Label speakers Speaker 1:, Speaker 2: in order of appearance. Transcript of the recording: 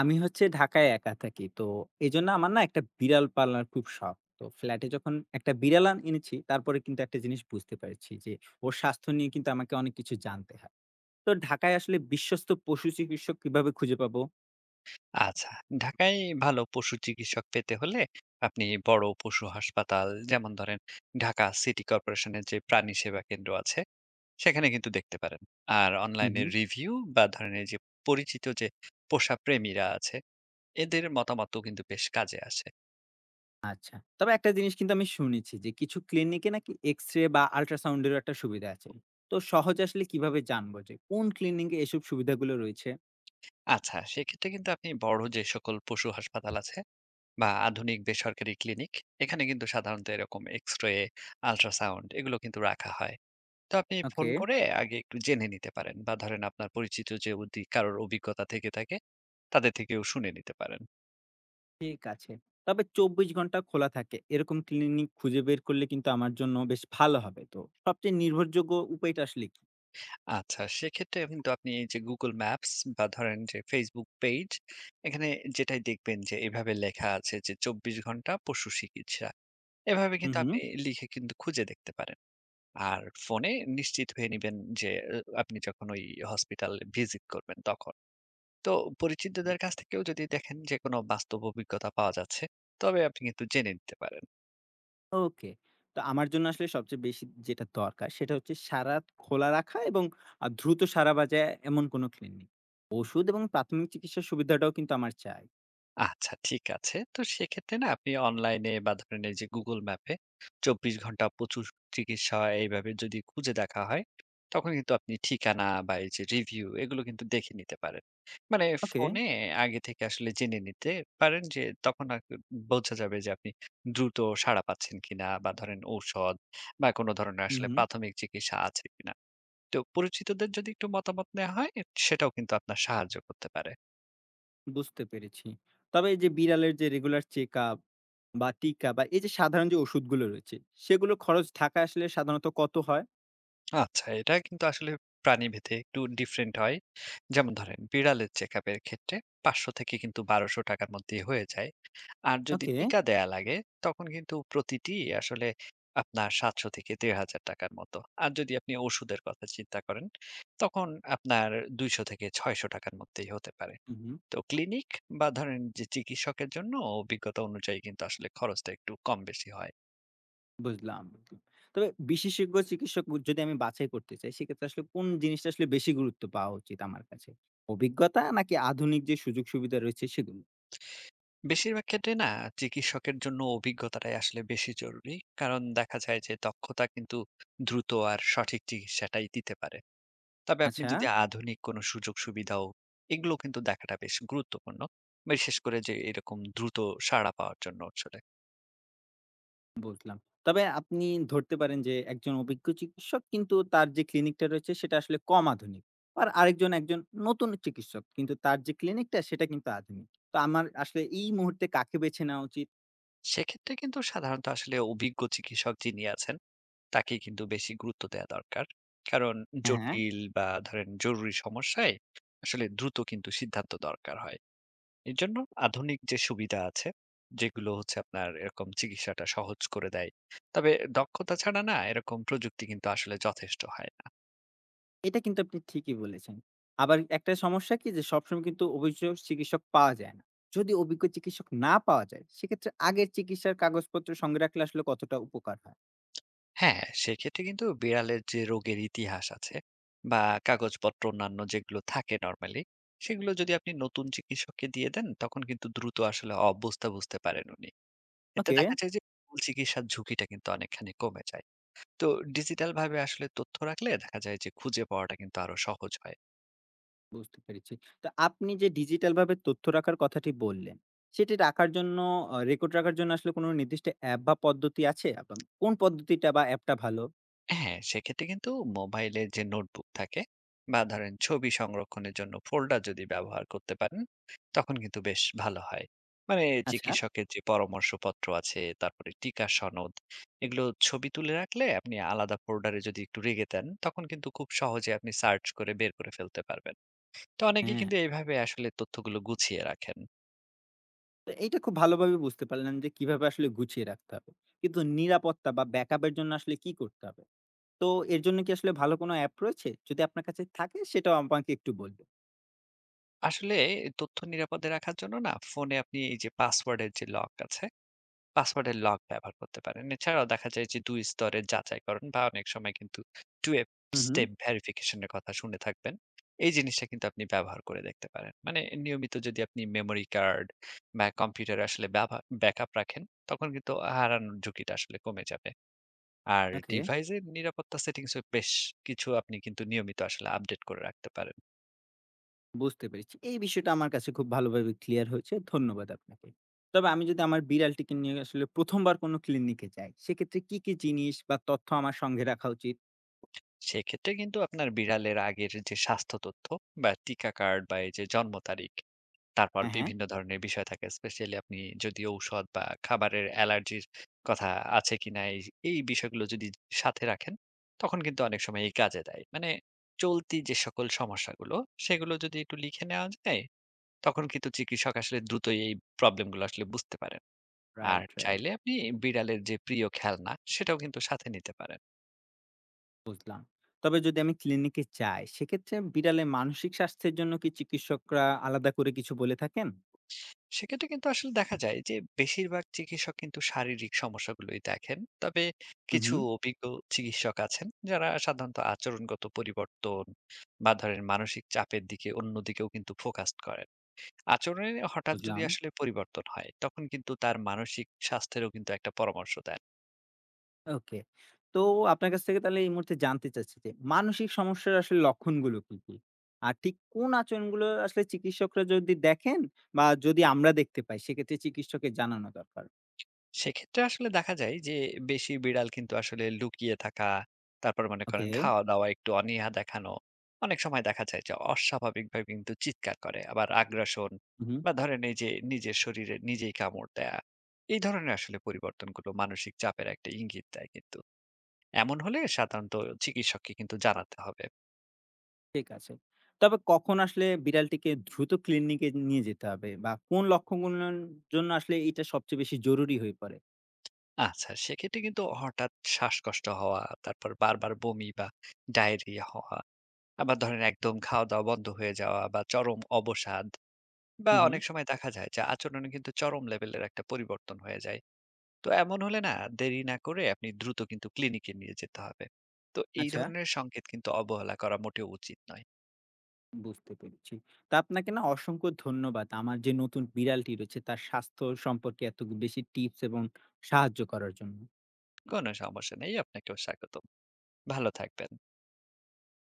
Speaker 1: আমি হচ্ছে ঢাকায় একা থাকি। তো এজন্য আমার না একটা বিড়াল পালার খুব শখ। তো ফ্ল্যাটে যখন একটা বিড়াল এনেছি তারপরে কিন্তু একটা জিনিস বুঝতে পেরেছি যে ওর স্বাস্থ্য নিয়ে কিন্তু আমাকে অনেক কিছু জানতে হয়। তো ঢাকায় আসলে বিশ্বস্ত পশু চিকিৎসক কিভাবে খুঁজে পাবো?
Speaker 2: আচ্ছা। ঢাকায় ভালো পশু চিকিৎসক পেতে হলে আপনি বড় পশু হাসপাতাল যেমন ধরেন ঢাকা সিটি কর্পোরেশনের যে প্রাণী সেবা কেন্দ্র আছে সেখানে কিন্তু দেখতে পারেন। আর
Speaker 1: হুম,
Speaker 2: অনলাইনে
Speaker 1: হুম।
Speaker 2: রিভিউ বা ধরেন এই যে পরিচিত যে পোষা প্রেমীরা আছে এদের মতামতও কিন্তু বেশ কাজে আসে।
Speaker 1: আচ্ছা। তবে একটা জিনিস কিন্তু আমি শুনেছি যে কিছু ক্লিনিকে নাকি এক্স-রে বা আল্ট্রাসাউন্ড এরও একটা সুবিধা আছে। তো সহজে আসলে কিভাবে জানবো যে কোন ক্লিনিকে এসব সুবিধাগুলো রয়েছে?
Speaker 2: আচ্ছা, সেক্ষেত্রে কিন্তু আপনি বড় যে সকল পশু হাসপাতাল আছে বা আধুনিক বেসরকারি ক্লিনিক এখানে কিন্তু সাধারণত এরকম এক্স-রে, আল্ট্রাসাউন্ড এগুলো কিন্তু রাখা হয়। তো আপনি ফোন
Speaker 1: ওকে।
Speaker 2: করে আগে একটু জেনে নিতে পারেন বা ধরেন আপনার পরিচিত যে কারোর অভিজ্ঞতা থেকে থাকে তাদের থেকেও শুনে নিতে পারেন।
Speaker 1: ঠিক আছে। তবে ২৪ ঘন্টা খোলা থাকে এরকম ক্লিনিক খুঁজে বের করলে কিন্তু আমার জন্য বেশ ভালো হবে। তো সবচেয়ে নির্ভরযোগ্য উপায়টা আসলে কি?
Speaker 2: আচ্ছা, সেক্ষেত্রে কিন্তু আপনি এই যে Google Maps বা ধরেন যে Facebook পেইজ এখানে যেটাই দেখবেন যে এভাবে লেখা আছে যে ২৪ ঘন্টা পশু চিকিৎসা। এভাবে
Speaker 1: হুম,
Speaker 2: কিন্তু
Speaker 1: হুম।
Speaker 2: আপনি লিখে কিন্তু খুঁজে দেখতে পারেন। আর ফোনে নিশ্চিত হয়ে নিবেন যে এ আপনি যখন ওই হসপিটাল ভিজিট করবেন তখন। তো পরিচিতদের কাছ থেকেও যদি দেখেন যে কোনো বাস্তব অভিজ্ঞতা পাওয়া যাচ্ছে, তবে আপনি কিন্তু জেনে নিতে পারেন।
Speaker 1: ওকে। তো আমার জন্য আসলে সবচেয়ে বেশি যেটা দরকার সেটা হচ্ছে সারারাত খোলা রাখা এবং দ্রুত সাড়া বাজায় এমন কোনো ক্লিনিক। ওষুধ এবং প্রাথমিক চিকিৎসার সুবিধাটাও কিন্তু আমার চাই।
Speaker 2: আচ্ছা ঠিক আছে। তো সেক্ষেত্রে না আপনি অনলাইনে বা ধরেন এই যে Google ম্যাপে ২৪ ঘন্টা প্রচুর চিকিৎসা এইভাবে যদি খুঁজে দেখা হয়, তখন কিন্তু আপনি ঠিকানা বা এই যে রিভিউ এগুলো কিন্তু দেখে নিতে পারেন। মানে
Speaker 1: ওকে।
Speaker 2: ফোনে আগে থেকে আসলে জেনে নিতে পারেন যে তখন আর বোঝা যাবে যে আপনি দ্রুত সাড়া পাচ্ছেন কিনা বা ধরেন ঔষধ বা কোনো ধরনের
Speaker 1: হুম,
Speaker 2: আসলে
Speaker 1: হুম।
Speaker 2: প্রাথমিক চিকিৎসা আছে কিনা। তো পরিচিতদের যদি একটু মতামত নেওয়া হয় সেটাও কিন্তু আপনার সাহায্য করতে পারে।
Speaker 1: বুঝতে পেরেছি। তবে এই যে বিড়ালের যে রেগুলার চেকআপ বা টিকা বা এই যে সাধারণ যে ওষুধগুলো রয়েছে সেগুলো খরচ ঢাকায় আসলে সাধারণত কত হয়?
Speaker 2: আচ্ছা এটা কিন্তু আসলে প্রাণীভেদে একটু ডিফারেন্ট হয়, যেমন ধরেন বিড়ালের চেক আপের ক্ষেত্রে ৫০০ থেকে কিন্তু ১২০০ টাকার মধ্যে হয়ে যায়। আর যদি
Speaker 1: ওকে।
Speaker 2: টিকা দেয়া লাগে তখন কিন্তু প্রতিটি আসলে আপনার ৭০০ থেকে ১৫০০ টাকার মতো। আর যদি আপনি ওষুধের কথা চিন্তা করেন তখন আপনার ২০০ থেকে ৬০০ টাকার মধ্যেই হতে পারে।
Speaker 1: হুম, হুম।
Speaker 2: তো ক্লিনিক বা ধরেন যে চিকিৎসকের জন্য অভিজ্ঞতা অনুযায়ী কিন্তু আসলে খরচটা একটু কম বেশি হয়।
Speaker 1: বুঝলাম। বুঝলাম। তবে বিশেষজ্ঞ চিকিৎসক যদি আমি বাছাই করতে চাই, সেক্ষেত্রে আসলে কোন জিনিসটা আসলে বেশি গুরুত্ব পাওয়া উচিত আমার কাছে? অভিজ্ঞতা নাকি আধুনিক যে সুযোগ সুবিধা রয়েছে সেগুলো?
Speaker 2: বেশিরভাগ ক্ষেত্রে না চিকিৎসকের জন্য অভিজ্ঞতাটাই আসলে বেশি জরুরি, কারণ দেখা যায় যে দক্ষতা কিন্তু দ্রুত আর সঠিক চিকিৎসাটাই দিতে পারে। তবে আপনি
Speaker 1: আচ্ছা,
Speaker 2: যদি আধুনিক কোনো সুযোগ সুবিধাও এগুলো কিন্তু দেখাটা বেশ গুরুত্বপূর্ণ, বিশেষ করে যে এরকম দ্রুত সাড়া পাওয়ার জন্য আসলে।
Speaker 1: বুঝলাম। তবে আপনি ধরতে পারেন যে একজন অভিজ্ঞ চিকিৎসক কিন্তু তার যে ক্লিনিকটা রয়েছে সেটা আসলে কম আধুনিক। আর আরেকজন একজন নতুন চিকিৎসক কিন্তু তার যে ক্লিনিকটা সেটা কিন্তু আধুনিক। তো আমার আসলে এই মুহূর্তে কাকে বেছে নেওয়া উচিত?
Speaker 2: সেক্ষেত্রে কিন্তু সাধারণত আসলে অভিজ্ঞ চিকিৎসক যিনি আছেন তাকেই কিন্তু বেশি গুরুত্ব দেয়া দরকার। কারণ
Speaker 1: হ্যাঁ।
Speaker 2: জটিল বা ধরেন জরুরি সমস্যায় আসলে দ্রুত কিন্তু সিদ্ধান্ত দরকার হয়। এজন্য আধুনিক যে সুবিধা আছে, যেগুলো হচ্ছে আপনার এরকম চিকিৎসাটা সহজ করে দেয়। তবে দক্ষতা ছাড়া না এরকম প্রযুক্তি কিন্তু আসলে যথেষ্ট হয় না।
Speaker 1: এটা কিন্তু আপনি ঠিকই বলেছেন। আবার একটা সমস্যা কি যে সবসময় কিন্তু অভিজ্ঞ চিকিৎসক পাওয়া যায় না। যদি অভিজ্ঞ চিকিৎসক না পাওয়া যায়, সেক্ষেত্রে আগের চিকিৎসার কাগজপত্র সঙ্গে রাখলে আসলে কতটা উপকার হয়?
Speaker 2: হ্যাঁ, সেক্ষেত্রে কিন্তু বিড়ালের যে রোগের ইতিহাস আছে বা কাগজপত্র অন্যান্য যেগুলো থাকে নরমালি, সেগুলো যদি আপনি নতুন চিকিৎসককে দিয়ে দেন, তখন কিন্তু দ্রুত আসলে অবস্থা বুঝতে পারেন উনি। এতে
Speaker 1: ওকে,
Speaker 2: দেখা যায় যে ভুল চিকিৎসার ঝুঁকিটা কিন্তু অনেকখানি কমে যায়। তো ডিজিটাল ভাবে আসলে তথ্য রাখলে দেখা যায় যে খুঁজে পাওয়াটা কিন্তু আরো সহজ হয়।
Speaker 1: বুঝতে পেরেছি। তো আপনি যে ডিজিটালভাবে তথ্য রাখার কথাটি বললেন, সেটি রাখার জন্য রেকর্ড রাখার জন্য আসলে কোনো নির্দিষ্ট অ্যাপ বা পদ্ধতি আছে? এবং কোন পদ্ধতিটা বা অ্যাপটা ভালো?
Speaker 2: হ্যাঁ, সেক্ষেত্রে কিন্তু মোবাইলের যে নোটবুক থাকে বা ধরেন ছবি সংরক্ষণের জন্য ফোল্ডার যদি ব্যবহার করতে পারেন, তখন কিন্তু বেশ ভালো হয়। মানে
Speaker 1: আচ্ছা,
Speaker 2: চিকিৎসকের যে পরামর্শপত্র আছে, তারপরে টিকা সনদ, এগুলো ছবি তুলে রাখলে আপনি আলাদা ফোল্ডারে যদি একটু রেখে দেন, তখন কিন্তু খুব সহজে আপনি সার্চ করে বের করে ফেলতে পারবেন। তো অনেকে
Speaker 1: হ্যাঁ।
Speaker 2: কিন্তু এইভাবে আসলে তথ্যগুলো গুছিয়ে রাখেন।
Speaker 1: তো এইটা খুব ভালোভাবে বুঝতে পারলাম যে কিভাবে আসলে গুছিয়ে রাখতে হবে। কিন্তু নিরাপত্তা বা ব্যাকআপ এর জন্য আসলে কি করতে হবে? তো এর জন্য কি আসলে ভালো কোনো অ্যাপ রয়েছে? যদি আপনার কাছে থাকে সেটাও আমাকে একটু বলবেন।
Speaker 2: আসলে এই তথ্য নিরাপদে রাখার জন্য না ফোনে আপনি এই যে পাসওয়ার্ডের যে লক আছে, পাসওয়ার্ডের লক ব্যবহার করতে পারেন। এছাড়াও দেখা যায় যে ২ স্তরের যাচাইকরণ বা অনেক সময় কিন্তু ২
Speaker 1: হুম, হুম।
Speaker 2: স্টেপ ভেরিফিকেশন এর কথা শুনে থাকবেন। এই জিনিসটা কিন্তু আপনি ব্যবহার করে দেখতে পারেন। মানে নিয়মিত যদি আপনি মেমোরি কার্ড বা কম্পিউটারে আসলে ব্যাকআপ রাখেন, তখন কিন্তু হারানোর ঝুঁকিটা আসলে কমে যাবে। আর
Speaker 1: ওকে,
Speaker 2: ডিভাইসের নিরাপত্তা সেটিংসে বেশ কিছু আপনি কিন্তু নিয়মিত আসলে আপডেট করে রাখতে পারেন।
Speaker 1: বুঝতে পেরেছি। এই বিষয়টা আমার কাছে খুব ভালোভাবে ক্লিয়ার হয়েছে। ধন্যবাদ আপনাকে। তবে আমি যদি আমার বিড়ালটিকে নিয়ে আসলে ১ম বার কোনো ক্লিনিকে যাই, সেক্ষেত্রে কি, কি জিনিস বা তথ্য আমার সঙ্গে রাখা উচিত?
Speaker 2: সেক্ষেত্রে কিন্তু আপনার বিড়ালের আগের যে স্বাস্থ্য তথ্য বা টিকা কার্ড বা এই যে জন্ম তারিখ, তারপর
Speaker 1: হ্যাঁ, হ্যাঁ।
Speaker 2: বিভিন্ন ধরনের বিষয় থাকে। স্পেশালি আপনি যদি ঔষধ বা খাবারের অ্যালার্জির কথা আছে কিনা এই বিষয়গুলো যদি সাথে রাখেন, তখন কিন্তু অনেক সময় এই কাজে দেয়। মানে চলতি যে সকল সমস্যাগুলো, সেগুলো যদি একটু লিখে নেওয়া যায়, তখন কিন্তু চিকিৎসক আসলে দ্রুতই এই প্রবলেমগুলো আসলে বুঝতে পারেন। আর
Speaker 1: রাইট, রাইট।
Speaker 2: চাইলে আপনি বিড়ালের যে প্রিয় খেলনা সেটাও কিন্তু সাথে নিতে পারেন।
Speaker 1: বুঝলাম। তবে যদি আমি ক্লিনিকে যাই, সেক্ষেত্রে বিড়ালের মানসিক স্বাস্থ্যের জন্য কি চিকিৎসকরা আলাদা করে কিছু বলে থাকেন?
Speaker 2: সেক্ষেত্রে কিন্তু আসলে দেখা যায় যে বেশিরভাগ চিকিৎসক কিন্তু শারীরিক সমস্যাগুলোই দেখেন, তবে
Speaker 1: হুম,
Speaker 2: কিছু
Speaker 1: হুম।
Speaker 2: অভিজ্ঞ চিকিৎসক আছেন যারা সাধারণত আচরণগত পরিবর্তন বা ধরেন মানসিক চাপের দিকে অন্যদিকেও কিন্তু ফোকাস করেন। আচরণে হঠাৎ যদি
Speaker 1: বুঝলাম।
Speaker 2: আসলে পরিবর্তন হয় তখন কিন্তু তার মানসিক স্বাস্থ্যেরও কিন্তু একটা পরামর্শ দেন।
Speaker 1: ওকে। তো আপনার কাছ থেকে তাহলে এই মুহূর্তে জানতে চাচ্ছি যে, মানসিক সমস্যার আসলে লক্ষণগুলো কি, কি? আর ঠিক কোন আচরণগুলো আসলে চিকিৎসকরা যদি দেখেন বা যদি আমরা দেখতে পাই সেক্ষেত্রে চিকিৎসকের জানানো দরকার?
Speaker 2: সেক্ষেত্রে আসলে দেখা যায় যে বেশি বিড়াল কিন্তু আসলে লুকিয়ে থাকা, তারপর মনে
Speaker 1: ওকে।
Speaker 2: করেন খাওয়া-দাওয়া একটু অনীহা দেখানো। অনেক সময় দেখা যায় যে অস্বাভাবিকভাবে কিন্তু চিৎকার করে। আবার আগ্রাসন
Speaker 1: উহু,
Speaker 2: বা ধরেন এই যে নিজের শরীরে নিজেই কামড় দেয়া। এই ধরনের আসলে পরিবর্তনগুলো মানসিক চাপের একটা ইঙ্গিত দেয় কিন্তু। এমন হলে সাধারণত চিকিৎসককে কিন্তু জানাতে হবে।
Speaker 1: ঠিক আছে। তবে কখন আসলে বিড়ালটিকে দ্রুত ক্লিনিকে নিয়ে যেতে হবে বা কোন লক্ষণগুলোর জন্য আসলে এটা সবচেয়ে বেশি জরুরি হয়ে পড়ে?
Speaker 2: আচ্ছা সেক্ষেত্রে কিন্তু হঠাৎ শ্বাসকষ্ট হওয়া, তারপর বারবার বমি বা ডায়রিয়া হওয়া, আবার ধরেন একদম খাওয়া-দাওয়া বন্ধ হয়ে যাওয়া বা চরম অবসাদ, বা
Speaker 1: হু, হু।
Speaker 2: অনেক সময় দেখা যায় যে আচরণে কিন্তু চরম লেভেলের একটা পরিবর্তন হয়ে যায়। তো এমন হলে না দেরি না করে আপনি দ্রুত কিন্তু ক্লিনিকে নিয়ে যেতে হবে। তো এই
Speaker 1: আচ্ছা।
Speaker 2: ধরনের সংকেত কিন্তু অবহেলা করা মোটেও উচিত নয়।
Speaker 1: বুঝতে পেরেছি। তো আপনাকে না অসংখ্য ধন্যবাদ। আমার যে নতুন বিড়ালটি রয়েছে তার স্বাস্থ্য সম্পর্কে এত বেশি টিপস এবং সাহায্য করার জন্য।
Speaker 2: কোনো সমস্যা নেই। আপনাকেও স্বাগতম। ভালো থাকবেন।